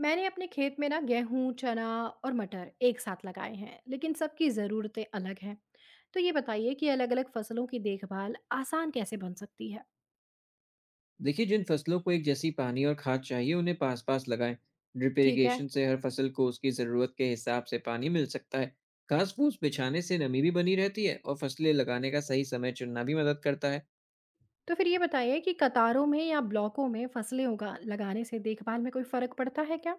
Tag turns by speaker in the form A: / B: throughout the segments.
A: मैंने अपने खेत में ना गेहूं, चना और मटर एक साथ लगाए हैं, लेकिन सबकी ज़रूरतें अलग हैं। तो ये बताइए कि अलग-अलग फसलों की देखभाल आसान कैसे बन सकती है?
B: देखिए, जिन फसलों को एक जैसी पानी और खाद चाहिए उन्हें पास पास लगाएं। ड्रिप
A: ठीक है।
B: इरिगेशन से हर फसल को उसकी ज़रूरत के हिसाब से पानी मिल सकता है। घास फूस बिछाने से नमी भी बनी रहती है और फसलें लगाने का सही समय चुनना भी मदद करता है।
A: तो फिर ये बताइए कि कतारों में या ब्लॉकों में फसलें उगा लगाने से देखभाल में कोई फर्क पड़ता है क्या?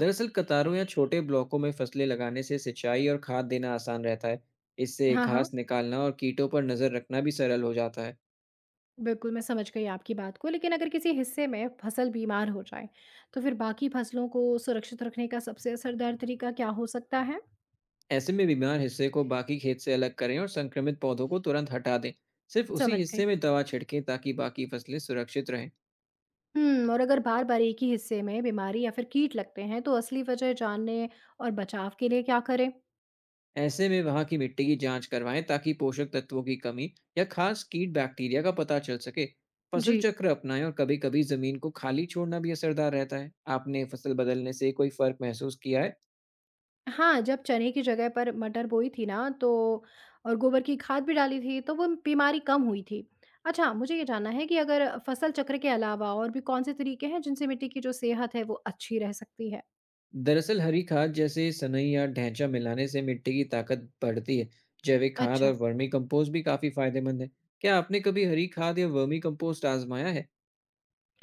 B: दरअसल, कतारों या छोटे ब्लॉकों में फसलें लगाने से सिंचाई और खाद देना आसान रहता है। इससे
A: हाँ, हाँ।
B: घास निकालना और कीटों पर नज़र रखना भी सरल हो जाता है।
A: बिल्कुल, मैं समझ गई आपकी बात को, लेकिन अगर किसी हिस्से में फसल बीमार हो जाए, तो फिर बाकी फसलों को सुरक्षित रखने का सबसे असरदार तरीका क्या हो सकता है?
B: ऐसे में बीमार हिस्से को बाकी खेत से अलग करें और संक्रमित पौधों को तुरंत हटा दें। सिर्फ उसी
A: समझ गई।
B: हिस्से में दवा छिड़कें ताकि बाकी फसलें सुरक्षित रहें।
A: और अगर बार-बार एक ही हिस्से में बीमारी या फिर कीट लगते हैं, तो असली वजह जानने और बचाव के लिए क्या करें?
B: ऐसे में वहां की मिट्टी की जांच करवाएं ताकि पोषक तत्वों की कमी या खास कीट बैक्टीरिया का पता चल सके। फसल
A: जी।
B: चक्र अपनाएं और कभी कभी जमीन को खाली छोड़ना भी असरदार रहता है। आपने फसल बदलने से कोई फर्क महसूस किया है?
A: हाँ, जब चने की जगह पर मटर बोई थी ना तो और गोबर की खाद भी डाली थी, तो वो बीमारी कम हुई थी। अच्छा, मुझे ये जानना है कि अगर फसल चक्र के अलावा और भी कौन से तरीके हैं, जिनसे मिट्टी की जो सेहत है, वो अच्छी रह सकती है?
B: दरअसल, हरी खाद जैसे सनई या ढैंचा मिलाने से मिट्टी की ताकत बढ़ती है। जैविक खाद
A: अच्छा।
B: और वर्मी कंपोस्ट भी काफी फायदेमंद है। क्या आपने कभी हरी खाद या वर्मी कंपोस्ट आजमाया है?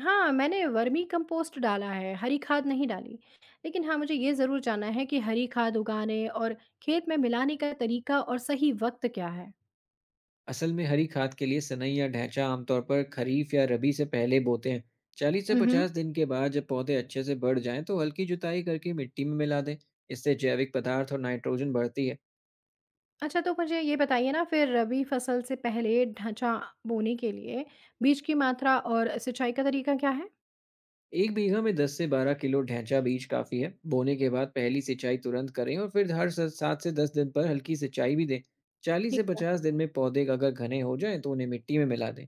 A: हाँ, मैंने वर्मी कंपोस्ट डाला है, हरी खाद नहीं डाली। लेकिन हाँ, मुझे ये ज़रूर जानना है कि हरी खाद उगाने और खेत में मिलाने का तरीका और सही वक़्त क्या है?
B: असल में हरी खाद के लिए सनई या ढैंचा आमतौर पर खरीफ या रबी से पहले बोते हैं। चालीस से
A: हुँ, हुँ।
B: पचास दिन के बाद जब पौधे अच्छे से बढ़ जाएं तो हल्की जुताई करके मिट्टी में मिला दें। इससे जैविक पदार्थ और नाइट्रोजन बढ़ती है।
A: अच्छा, तो मुझे ये बताइए ना फिर रबी फसल से पहले ढाँचा बोने के लिए बीज की मात्रा और सिंचाई का तरीका क्या है?
B: एक बीघा में 10 से 12 किलो ढैंचा बीज काफी है। बोने के बाद पहली सिंचाई तुरंत करें और फिर हर 7 से 10 दिन पर हल्की सिंचाई भी दें। चालीस से
A: ठीक।
B: पचास दिन में पौधे अगर घने हो जाएं तो उन्हें मिट्टी में मिला दें।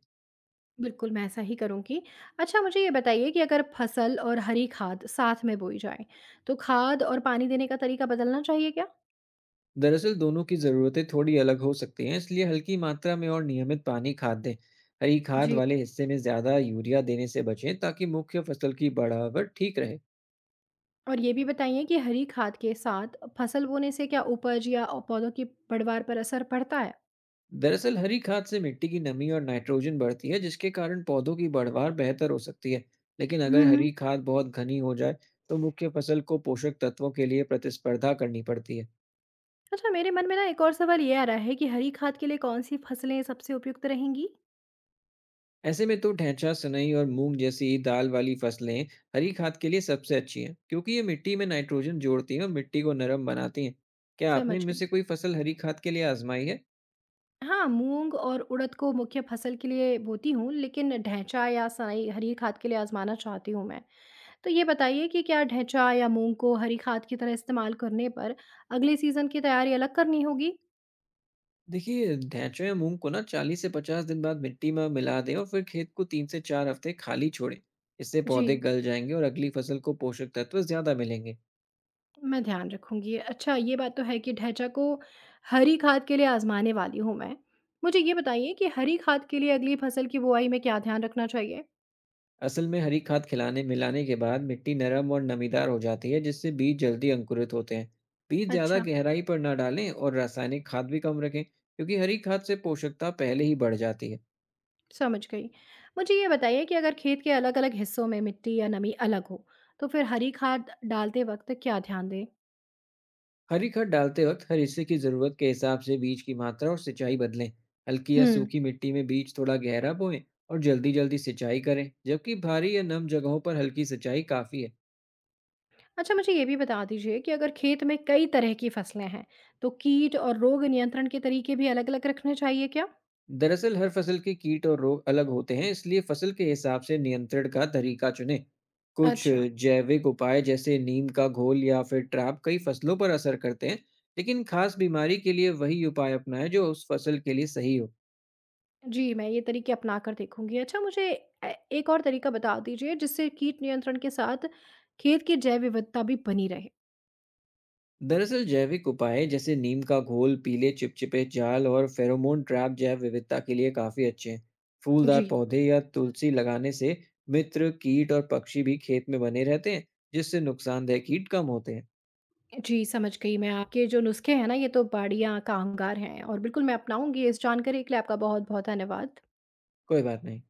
A: बिल्कुल, मैं ऐसा ही करूँगी। अच्छा, मुझे ये बताइए कि अगर फसल और हरी खाद साथ में बोई जाए, तो खाद और पानी देने का तरीका बदलना चाहिए क्या?
B: दरअसल, दोनों की ज़रूरतें थोड़ी अलग हो सकती हैं, इसलिए हल्की मात्रा में और नियमित पानी खाद दें। हरी खाद
A: जी।
B: वाले हिस्से में ज़्यादा यूरिया देने से बचें ताकि मुख्य फसल की बढ़ावट ठीक रहे।
A: और ये भी बताइए कि हरी खाद के साथ फसल बोने से क्या उपज या पौधों की पैदावार पर असर पड़ता है?
B: दरअसल, हरी खाद से मिट्टी की नमी और नाइट्रोजन बढ़ती है, जिसके कारण पौधों की बढ़वार बेहतर हो सकती है। लेकिन
A: हम्म
B: अगर
A: हम्म।
B: हरी खाद बहुत घनी हो जाए, तो मुख्य फसल को पोषक तत्वों के लिए प्रतिस्पर्धा करनी पड़ती है।
A: अच्छा मेरे मन में ना एक और सवाल ये आ रहा है कि हरी खाद के लिए कौन सी फसलें सबसे उपयुक्त रहेंगी?
B: ऐसे में तो ढैंचा, सनई और मूंग जैसी दाल वाली फसलें हरी खाद के लिए सबसे अच्छी हैं क्योंकि ये मिट्टी में नाइट्रोजन जोड़ती हैं और मिट्टी को नरम बनाती हैं। क्या आपने
A: समझ
B: इनमें
A: गई।
B: से कोई फसल हरी खाद के लिए आजमाई है?
A: हाँ मूंग और उड़द को मुख्य फसल के लिए बोती हूँ लेकिन ढैंचा या सनई हरी खाद के लिए आजमाना चाहती हूँ मैं। तो ये बताइए कि क्या ढैंचा या मूंग को हरी खाद की तरह इस्तेमाल करने पर अगले सीजन की तैयारी अलग करनी होगी?
B: देखिए, ढैंचों या मूंग को ना 40 से 50 दिन बाद मिट्टी में मिला दें और फिर खेत को 3 से 4 हफ्ते खाली छोड़ें। इससे
A: जी।
B: पौधे गल जाएंगे और अगली फसल को पोषक तत्व ज्यादा मिलेंगे।
A: मैं ध्यान रखूँगी। अच्छा ये बात तो है कि ढैंचा को हरी खाद के लिए आज़माने वाली हूँ मैं। मुझे ये बताइए कि हरी खाद के लिए अगली फसल की बुआई में क्या ध्यान रखना चाहिए?
B: असल में हरी खाद खिलाने मिलाने के बाद मिट्टी नरम और नमीदार हो जाती है, जिससे बीज जल्दी अंकुरित होते हैं। बीज ज़्यादा
A: अच्छा,
B: गहराई पर ना डालें और रासायनिक खाद भी कम रखें क्योंकि हरी खाद से पोषकता पहले ही बढ़ जाती है।
A: समझ गई। मुझे ये बताइए कि अगर खेत के अलग-अलग हिस्सों में मिट्टी या नमी अलग हो, तो फिर हरी खाद डालते वक़्त क्या ध्यान दें?
B: हरी खाद डालते वक्त हर हिस्से की ज़रूरत के हिसाब से बीज की मात्रा और सिंचाई बदलें। हल्की या
A: हुँ।
B: सूखी मिट्टी में बीज थोड़ा गहरा बोएं और जल्दी जल्दी सिंचाई करें, जबकि भारी या नम जगहों पर हल्की सिंचाई काफ़ी है।
A: अच्छा मुझे ये भी बता दीजिए कि अगर खेत में कई तरह की फसलें हैं, तो कीट और रोग नियंत्रण के तरीके भी अलग-अलग रखने चाहिए क्या?
B: दरअसल, हर फसल के कीट और रोग अलग होते हैं, इसलिए फसल के हिसाब से नियंत्रण का तरीका चुनें। कुछ
A: अच्छा।
B: जैविक उपाय जैसे नीम का घोल या फिर ट्रैप कई फसलों पर असर करते हैं, लेकिन खास बीमारी के लिए वही उपाय अपनाएं जो उस फसल के लिए सही हो।
A: जी, मैं ये तरीके अपना कर देखूँगी। अच्छा मुझे ए एक और तरीका बता दीजिए जिससे कीट नियंत्रण के साथ खेत की जैव विविधता भी बनी रहे?
B: दरअसल, जैविक उपाय जैसे नीम का घोल, पीले चिपचिपे जाल और फेरोमोन ट्रैप जैव विविधता के लिए काफी अच्छे हैं। फूलदार
A: जी।
B: पौधे या तुलसी लगाने से मित्र कीट और पक्षी भी खेत में बने रहते हैं, जिससे नुकसानदेह कीट कम होते हैं।
A: जी, समझ गई मैं आपके जो नुस्खे हैं ना ये तो बढ़िया कामगार हैं और बिल्कुल मैं अपनाऊँगी। इस जानकारी के लिए आपका बहुत-बहुत धन्यवाद।
B: कोई बात नहीं।